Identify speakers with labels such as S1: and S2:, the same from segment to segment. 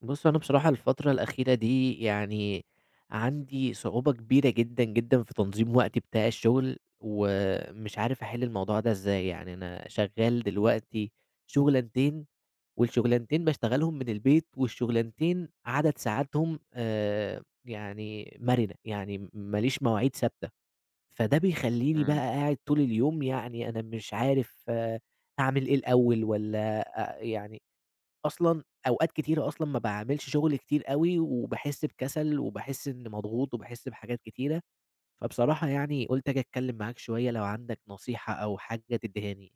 S1: بُص، هو أنا بصراحة الفترة الأخيرة دي يعني عندي صعوبة كبيرة جدًا، جدًا في تنظيم وقتي بتاع الشغل، ومش عارف أحل الموضوع ده إزاي، يعني أنا شغال دلوقتي شُغلانتين، والشُغلانتين باشتغلهم من البيت، والشُغلانتين عدد ساعاتهم يعني مَرِنة، يعني ما ليش مواعيد ثابتة، فده بيخلّيني بقى
S2: إمم،
S1: قاعد طول اليوم يعني أنا مش عارف أعمل إيه الأول والّا يعني أصلًا أوقات كتيرة أصلًا ما باعملش شغل كتير أوي، وباحس بكسل وباحس إنّي مضغوط وباحس بحاجات كتيرة، فبصراحة يعني قُلت آجي أتكلّم معاك شوية لو عندك نصيحة أو حاجة تدّيها لي.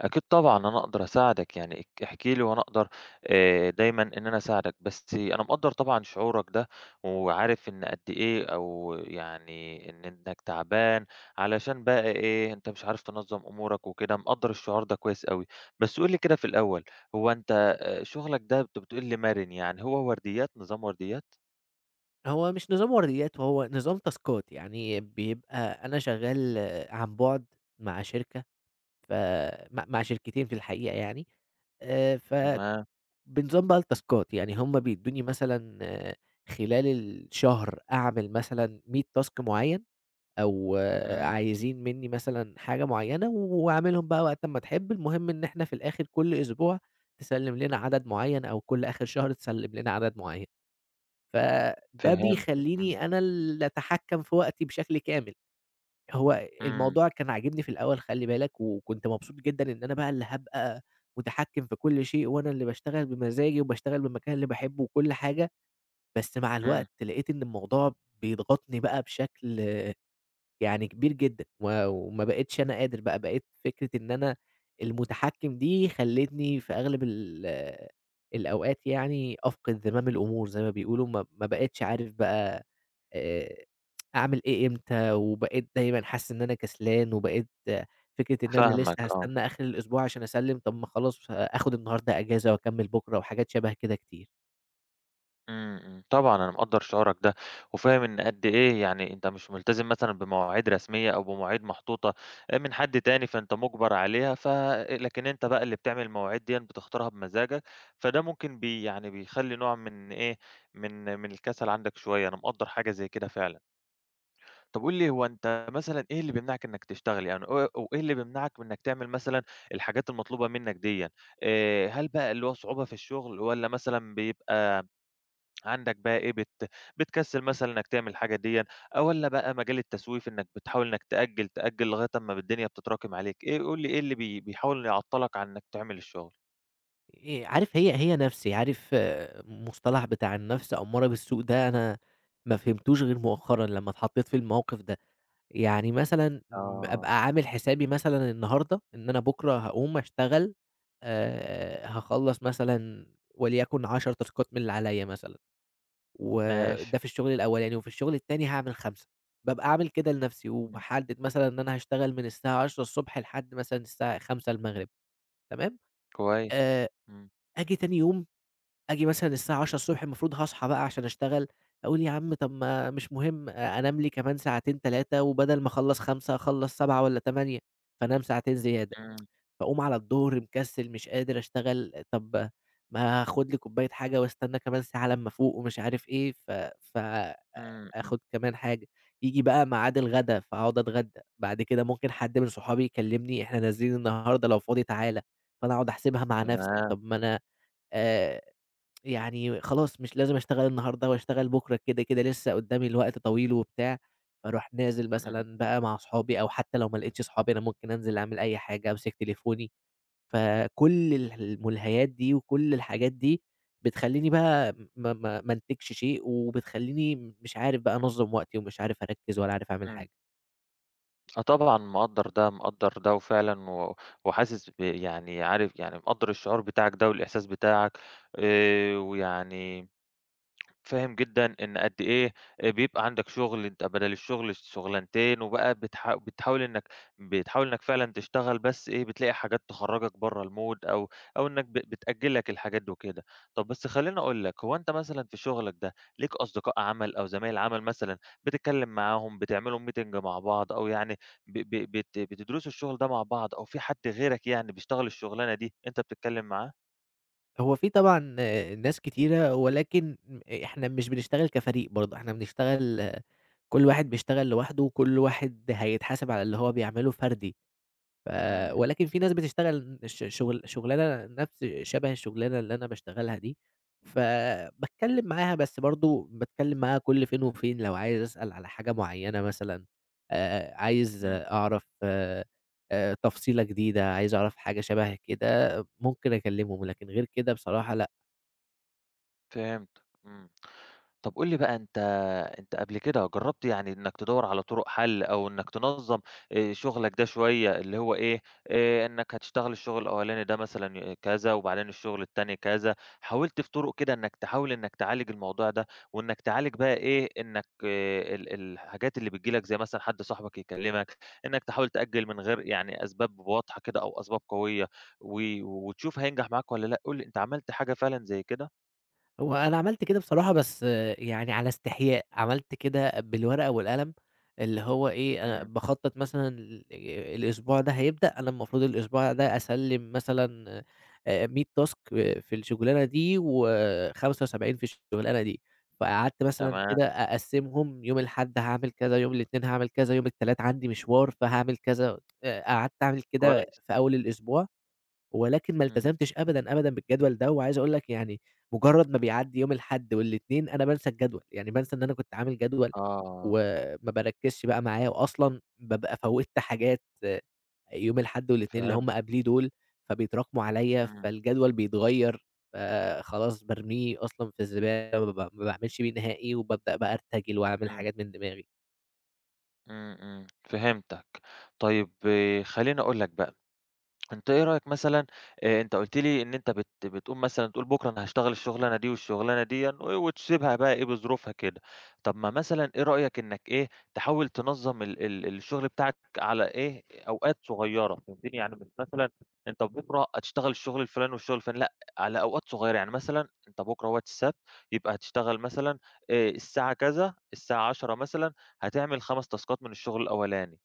S2: أكيد طبعًا أنا أقدر أساعدك، يعني احكِ لي وأنا أقدر دايمًا إن أنا أساعدك، بس أنا مقدّر طبعًا شعورك ده، وعارف إن قد إيه أو يعني إنك تعبان علشان بقى إيه، أنت مش عارف تنظّم أمورك وكده، مقدّر الشعور ده كويس أوي، بس قُل لي كده في الأول، هو أنت شغلك ده أنت بتقول لي مَرِن، يعني هو ورديات، نظام ورديات؟
S1: هو مش نظام ورديات، هو نظام تاسكات، يعني بيبقى أنا شغّال عن بُعد مع شركة ف مع شركتين في الحقيقة يعني، ف
S2: تمام،
S1: بنظام بقى التاسكات، يعني هم بيدّوني مثلًا خلال الشهر أعمل مثلًا 100 تاسك معيّن أو
S2: إمم،
S1: عايزين منّي مثلًا حاجة معيّنة واعملهم بقى وقت أمّا تحب، المهم إن إحنا في الآخر كل أسبوع تسلّم لنا عدد معيّن أو كل آخر شهر تسلّم لنا عدد معيّن. فده
S2: فهمتك، إمم،
S1: بيخلّيني أنا اللي أتحكّم في وقتي بشكل كامل. هو
S2: إمم،
S1: الموضوع كان عاجبني في الأول خلّي بالك، وكنت مبسوط جدًا إن أنا بقى اللي هابقى متحكّم في كل شيء وأنا اللي باشتغل بمزاجي وباشتغل بالمكان اللي باحبه وكل حاجة، بس مع
S2: إمم،
S1: الوقت لقيت إن الموضوع بيضغطني بقى بشكل يعني كبير جدًا، و وما بقيتش أنا قادر بقى، بقيت فكرة إن أنا المتحكم دي خلّتني في أغلب الأوقات يعني أفقد زمام الأمور زي ما بيقولوا، ما بقيتش عارف بقى آآ أعمل إيه إمتى، وبقيت دايمًا حاسس إن أنا كسلان، وبقيت فكرة إن أنا
S2: فاهمك،
S1: لسه
S2: آه.
S1: هاستنى آخر الأسبوع عشان أسلِّم، طب ما خلاص آخد النهارده إجازة وأكمّل بُكرة وحاجات شبه كده كتير.
S2: إمم، إمم، طبعًا أنا مقدّر شعورك ده، وفاهم إن قد إيه، يعني أنت مش ملتزم مثلًا بمواعيد رسمية أو بمواعيد محطوطة من حد تاني، فأنت مُجبر عليها، لكن أنت بقى اللي بتعمل المواعيد ديًّا، بتختارها بمزاجك، فده ممكن يعني بيخلّي نوع من إيه، من الكسل عندك شوية، أنا مقدّر حاجة زي كده فعلًا. طب قُل لي هو أنت مثلًا إيه اللي بيمنعك إنك تشتغل، يعني و وإيه اللي بيمنعك من إنك تعمل مثلًا الحاجات المطلوبة منك ديًّا؟ هل بقى اللي هو صعوبة في الشغل والّا مثلًا بيبقى عندك بقى إيه، بتكسّل مثلًا إنك تعمل الحاجة ديًا، والّا بقى مجال التسويف إنك بتحاول إنك تأجّل، تأجّل لغاية أمّا الدنيا بتتراكم عليك. إيه قُل لي، إيه اللي بيحاول يعطّلك عن إنك تعمل الشغل؟
S1: عارف هي نَفْسي، عارف المصطلح بتاع النَفْس أو مرض السوء ده أنا ما فهمتوش غير مؤخرًا لمّا اتحطّيت في الموقِف ده، يعني مثلًا
S2: آه،
S1: أبقى عامل حسابي مثلًا النهارده إن أنا بُكرة هاقوم أشتغل هاخلّص مثلًا وليكن 10 تاسكات من اللي عليّا مثلًا،
S2: ماشي،
S1: وده في الشُغل الأولاني، وفي الشُغل التاني هاعمل 5، بابقى عامل كده لنَفْسي،
S2: إمم،
S1: وباحدِّد مثلًا إن أنا هاشتغل من الساعة 10:00 ص لحد مثلًا الساعة 17:00 المغرب تمام،
S2: كويس،
S1: آآ
S2: إمم،
S1: آجي تاني يوم آجي مثلًا الساعة 10:00 المفروض هاصحى بقى عشان أشتغل، أقول يا عم طب ما مش مهم أنام لي كمان ساعتين 3 وبدل ما أخلّص 5 أخلّص 7 والّا 8 فانام ساعتين زيادة،
S2: إمم،
S1: فاقوم على الضهر مكسل مش قادر أشتغل، طب ما آخد لي كوباية حاجة واستنى كمان ساعة لمّا أفوق ومش عارف إيه، ف ف
S2: إمم، إمم،
S1: آخد كمان حاجة، ييجي بقى ميعاد الغدا فاقعد أتغدى، بعد كده ممكن حد من صحابي يكلمني إحنا نازلين النهارده لو فاضي تعالَ، فأنا أقعد أحسبها مع نفسي،
S2: تمام،
S1: طب ما أنا آآ يعني خلاص مش لازم أشتغل النهارده وأشتغل بُكرة، كده لسه قدّامي الوقت طويل وبتاع، فاروح نازل
S2: إمم،
S1: مثلًا بقى مع أصحابي أو حتى لو ما لقيتش صحابي أنا ممكن أنزل أعمل أي حاجة، أمسك تليفوني، فكل الملهيات دي وكل الحاجات دي بتخلّيني بقى ما أنتجش شيء، وبتخلّيني مش عارف بقى أنظّم وقتي ومش عارف أركّز ولا عارف أعمل
S2: إمم،
S1: حاجة.
S2: آه طبعًا مقدّر ده، مقدّر ده وفعلًا، و وحاسس ب، يعني عارف، يعني مقدّر الشعور بتاعك ده والإحساس بتاعك، ويعني فاهم جدًا إن قد إيه بيبقى عندك شغل، أنت بدل الشغل شغلانتين، وبقى بتحاول إنك بتحاول إنك فعلًا تشتغل، بس إيه، بتلاقي حاجات تخرّجك برّه المود، أو أو إنك بتأجل لك الحاجات دي وكده. طب بس خلّيني أقول لك، هو أنت مثلًا في شغلك ده ليك أصدقاء عمل أو زمايل عمل مثلًا بتتكلم معاهم، بتعملوا meeting مع بعض، أو يعني ب ب بت بتدرسوا الشغل ده مع بعض، أو في حد غيرك يعني بيشتغل الشغلانة دي أنت بتتكلم معاه؟
S1: هو في طبعًا ناس كتيرة، ولكن إحنا مش بنشتغل كفريق برضه، إحنا بنشتغل كل واحد بيشتغل لوحده، وكل واحد هيتحاسب على اللي هو بيعمله فردي. ف
S2: إمم،
S1: ولكن في ناس بتشتغل ش شغل شغلانة نفس شبه الشغلانة اللي أنا باشتغلها دي، فباتكلم معاها بس برضه باتكلم معاها كل فين وفين لو عايز أسأل على حاجة معيّنة مثلًا، عايز
S2: إمم،
S1: أعرف تفصيلة جديدة، عايز أعرف حاجة شبه كده، ممكن أكلمهم، لكن غير كده بصراحة لأ.
S2: فهمتك، إمم. طب قُل لي بقى، أنت قبل كده جرّبت يعني إنّك تدوّر على طُرق حَل، أو إنّك تنظّم شُغلك ده شوية، اللي هو إيه، إنّك هتشتغل الشُغل الأولاني ده مثلًا كذا، وبعدين الشُغل التاني كذا، حاولت في طُرق كده إنّك تحاول إنّك تعالج الموضوع ده، وإنّك تعالج بقى إيه، إنّك اه، ال الحاجات اللي بتيجي لك، زي مثلًا حد صاحبك يكلّمك، إنّك تحاول تأجّل من غير يعني أسباب واضحة كده أو أسباب قوية، و وتشوف هينجح معاك والّا لأ. قُل لي، أنت عملت حاجة فعلًا زي كده؟
S1: هو أنا عملت كده بصراحة بس يعني على استحياء، عملت كده بالورقة والقلم، اللي هو إيه، أنا
S2: إمم،
S1: باخطّط مثلًا الأسبوع ده هيبدأ، أنا المفروض الأسبوع ده أسلِّم مثلًا 100 task في الشغلانة دي و75 في الشغلانة دي، فقعدت مثلًا
S2: تمام،
S1: كده أقسّمهم، يوم الأحد هاعمل كذا، يوم الاتنين هاعمل كذا، يوم التلات عندي مشوار فهاعمل كذا، قعدت أعمل كده
S2: كويس.
S1: في أول الأسبوع. ولكن ما
S2: إمم.
S1: التزمتش أبدًا، أبدًا بالجدول ده، وعايز أقول لك يعني مجرد ما بيعدّي يوم الأحد والإتنين أنا بانسى الجدول، يعني بانسى إن أنا كنت عامل جدول،
S2: آه،
S1: وما باركّزش بقى معاه، وأصلًا بابقى فوّتّ حاجات يوم الأحد والإتنين اللي
S2: فهمت،
S1: هم قبليه دول، فبيتراكموا عليَّ،
S2: إمم،
S1: فالجدول بيتغيّر، فخلاص بارميه أصلًا في الزبالة، ما باعملش بيه نهائي، وبابدأ بقى أرتجل وأعمل
S2: إمم،
S1: حاجات من دماغي.
S2: إمم، إمم، فهمتك. طيب آه، خلّيني أقول لك بقى، أنت إيه رأيك مثلًا؟ أنت قُلت لي إن أنت بتقوم مثلًا تقول بُكرة أنا هاشتغل الشغلانة دي والشغلانة ديًا، و وتسيبها بقى إيه بظروفها كده. طب ما مثلًا إيه رأيك إنك إيه، تحاول تنظّم ال ال الشغل بتاعك على إيه، أوقات صغيّرة، فهمتني؟ يعني مش مثلًا أنت بُكرة هتشتغل الشغل الفلاني والشغل الفلاني، لأ، على أوقات صغيّرة. يعني مثلًا أنت بُكرة أهوّة السبت، يبقى هتشتغل مثلًا الساعة كذا، الساعة 10:00 مثلًا هتعمل 5 تاسكات من الشغل الأولاني،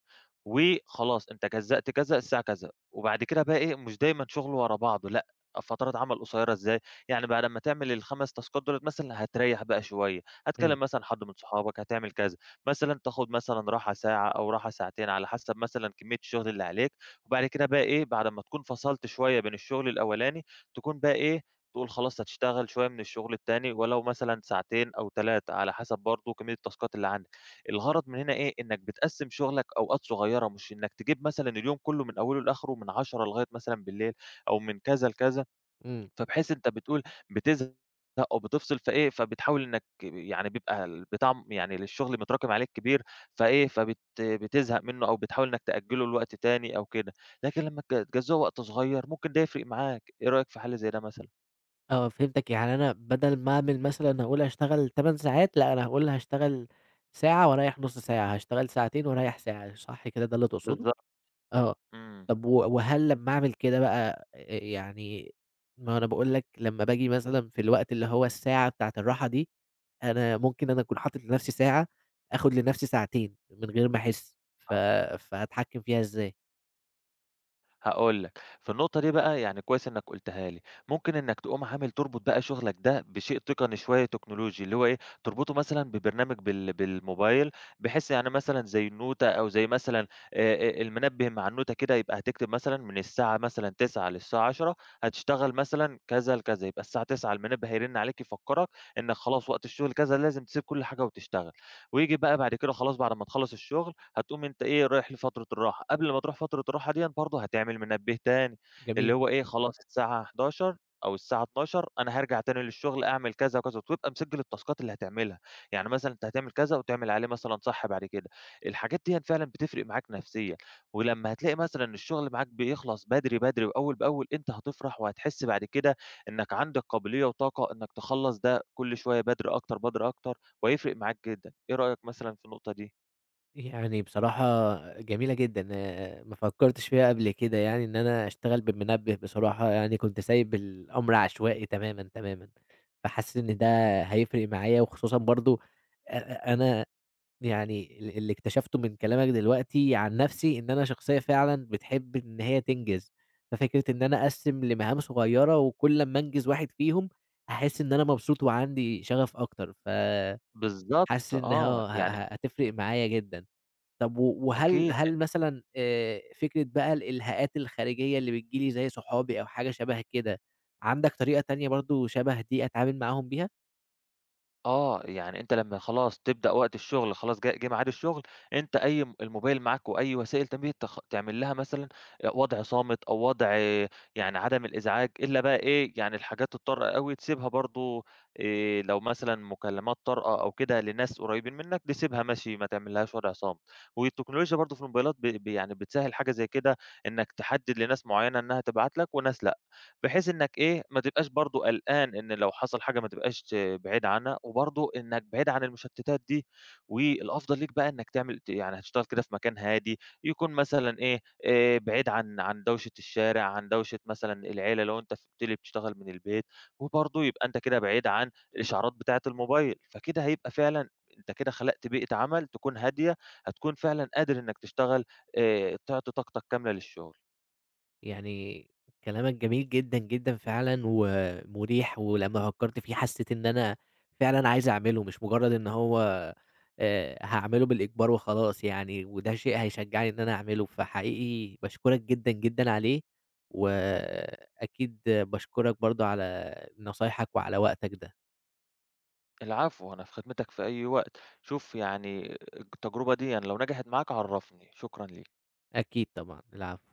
S2: وخلاص أنت جزّأت كذا، الساعة كذا. وبعد كده بقى إيه، مش دايمًا شغل ورا بعضه، لأ، فترات عمل قصيّرة، إزاي، يعني بعد أمّا تعمل ال5 تاسكات دُولة مثلًا هتريّح بقى شوية،
S1: إمم،
S2: هتكلّم مثلًا حد من صحابك، هتعمل كذا، مثلًا تاخد مثلًا راحة ساعة أو راحة ساعتين على حسب مثلًا كمية الشغل اللي عليك، وبعد كده بقى إيه، بعد أمّا تكون فصلت شوية بين الشغل الأولاني، تكون بقى إيه، تقول خلاص هتشتغل شوية من الشغل التاني ولو مثلًا ساعتين أو 3 على حسب برضه كمية التاسكات اللي عندك. الغرض من هنا إيه، إنك بتقسّم شغلك أوقات صغيرة، مش إنك تجيب مثلًا اليوم كلّه من أوله لآخره من 22:00 لغاية مثلًا بالليل، أو من كذا لكذا،
S1: إمم.
S2: فبحيث أنت بتقول بتزهق أو بتفصل فإيه، فبتحاول إنك، يعني بيبقى البتاع يعني الشغل متراكم عليك كبير، فإيه، فبت بتزهق منّه، أو بتحاول إنك تأجّله لوقت تاني أو كده، لكن لمّا تجزّوها وقت صغير ممكن ده يفرق معاك. إيه رأيك في حل زي ده مثلًا؟
S1: آه، فهمتك، يعني أنا بدل ما أعمل مثلًا هاقول هاشتغل 8 ساعات، لأ، أنا هاقول هاشتغل ساعة وأريّح نُص ساعة، هاشتغل ساعتين وأريّح ساعة، صح كده ده اللي تقصده؟
S2: بالضبط،
S1: آه،
S2: إمم.
S1: طب وهل لمّا أعمل كده بقى يعني ما هو أنا باقول لك لمّا باجي مثلًا في الوقت اللي هو الساعة بتاعة الراحة دي، أنا ممكن أكون حاطط لنفسي ساعة، آخد لنفسي ساعتين من غير ما أحس،
S2: آه.
S1: فهاتحكم فيها إزاي؟
S2: هاقول لك، في النقطة دي بقى يعني كويس إنك قُلتها لي، ممكن إنك تقوم عامل تربط بقى شغلك ده بشيء تقني شوية تكنولوجي، اللي هو إيه، تربطه مثلًا ببرنامج بالموبايل، بحيث يعني مثلًا زي النوتة، أو زي مثلًا المنبه مع النوتة كده، يبقى هتكتب مثلًا من الساعة مثلًا 09:00 للساعة 10:00 هتشتغل مثلًا كذا لكذا، يبقى الساعة 09:00 المنبه هيرن عليك يفكّرك إنك خلاص وقت الشغل كذا، لازم تسيب كل حاجة وتشتغل، وييجي بقى بعد كده خلاص بعد ما تخلّص الشغل هتقوم أنت إيه، رايح لفترة الراحة. قبل ما تروح فترة الراحة ديًّا برضه هتعمل منبه تاني، اللي
S1: جميل.
S2: هو إيه، خلاص الساعة 11:00 أو الساعة 12:00 أنا هارجع تاني للشغل أعمل كذا وكذا، وتبقى مسجل التاسكات اللي هتعملها، يعني مثلًا أنت هتعمل كذا وتعمل عليه مثلًا صح بعد كده. الحاجات ديًّا فعلًا بتفرق معاك نفسيًا، ولمّا هتلاقي مثلًا الشغل معاك بيخلص بدري، بدري وأول بأول، أنت هتفرح وهتحس بعد كده إنك عندك قابلية وطاقة إنك تخلّص ده كل شوية بدري أكتر، بدري أكتر، وهيفرق معاك جدًا. إيه رأيك مثلًا في النقطة دي؟
S1: يعني بصراحة جميلة جدًا، ما فكّرتش فيها قبل كده يعني إن أنا أشتغل بالمنبه بصراحة، يعني كنت سايب الأمر عشوائي تمامًا، تمامًا، فحاسس إن
S2: إمم.
S1: ده هيفرق معايا وخصوصًا برضه أ أ أنا يعني اللي اكتشفته من كلامك دلوقتي عن نَفْسي إن أنا شخصية فعلًا بتحب إن هي تنجز، ففكرة إن أنا أقسّم لمهام صغيّرة وكل أمّا أنجز واحد فيهم هاحس إن أنا مبسوط وعندي شغف أكتر، فحاسس
S2: بالضبط
S1: إن
S2: آه،
S1: آه ه
S2: يعني
S1: ه هتفرق معايا جدًا. طب و وهل
S2: أكيد أ
S1: هل مثلًا فكرة بقى الإلهاءات الخارجية اللي بتيجي لي زي صحابي أو حاجة شبه كده، عندك طريقة تانية برضه شبه دي أتعامل معاهم بيها؟
S2: آه، يعني أنت لمّا خلاص تبدأ وقت الشغل، خلاص جه ميعاد الشغل، أنت أي الموبايل معاك وأي وسائل تنبيه تعمل لها مثلًا وضع صامت أو وضع يعني عدم الإزعاج، إلا بقى إيه، يعني الحاجات الطارئة أوي تسيبها برضه. لو مثلًا مكالمات طارئة أو كده لناس قريبين منك تسيبها ماشي، ما تعملّهاش وضع صامت، والتكنولوجيا برضه في الموبايلات ب ب يعني بتسهّل حاجة زي كده، إنك تحدد لناس معيّنة إنها تبعت لك وناس لأ، بحيث إنّك إيه، ما تبقاش برضه قلقان إن لو حصل حاجة ما تبقاش بعيد عنها، وبرضه إنّك بعيد عن المشتتات دي، والأفضل ليك بقى إنّك تعمل ت، يعني هتشتغل كده في مكان هادي، يكون مثلًا إيه، بعيد عن دوشة الشارع، عن دوشة مثلًا العيلة لو أنت قُلت لي بتشتغل من البيت، وبرضه يبقى أنت كده بعيد عن الإشعارات بتاعة الموبايل، فكده هيبقى فعلًا أنت كده خلقت بيئة عمل تكون هادية، هتكون فعلًا قادر إنّك تشتغل تعطي طاقتك كاملة للشغل.
S1: يعني كلامك جميل جدًا، جدًا فعلًا ومريح، ولمّا فكّرت فيه حسّيت إن أنا فعلًا عايز أعمله، مش مجرّد إن هو هاعمله بالإجبار وخلاص يعني، وده شيء هيشجّعني إن أنا أعمله، فحقيقي باشكرك جدًا، جدًا عليه، وأكيد باشكرك برضه على نصايحك وعلى وقتك ده.
S2: العفو، أنا في خدمتك في أي وقت. شوف يعني التجربة ديًا لو نجحت معاك عرّفني. شكرًا ليك.
S1: أكيد طبعًا، العفو.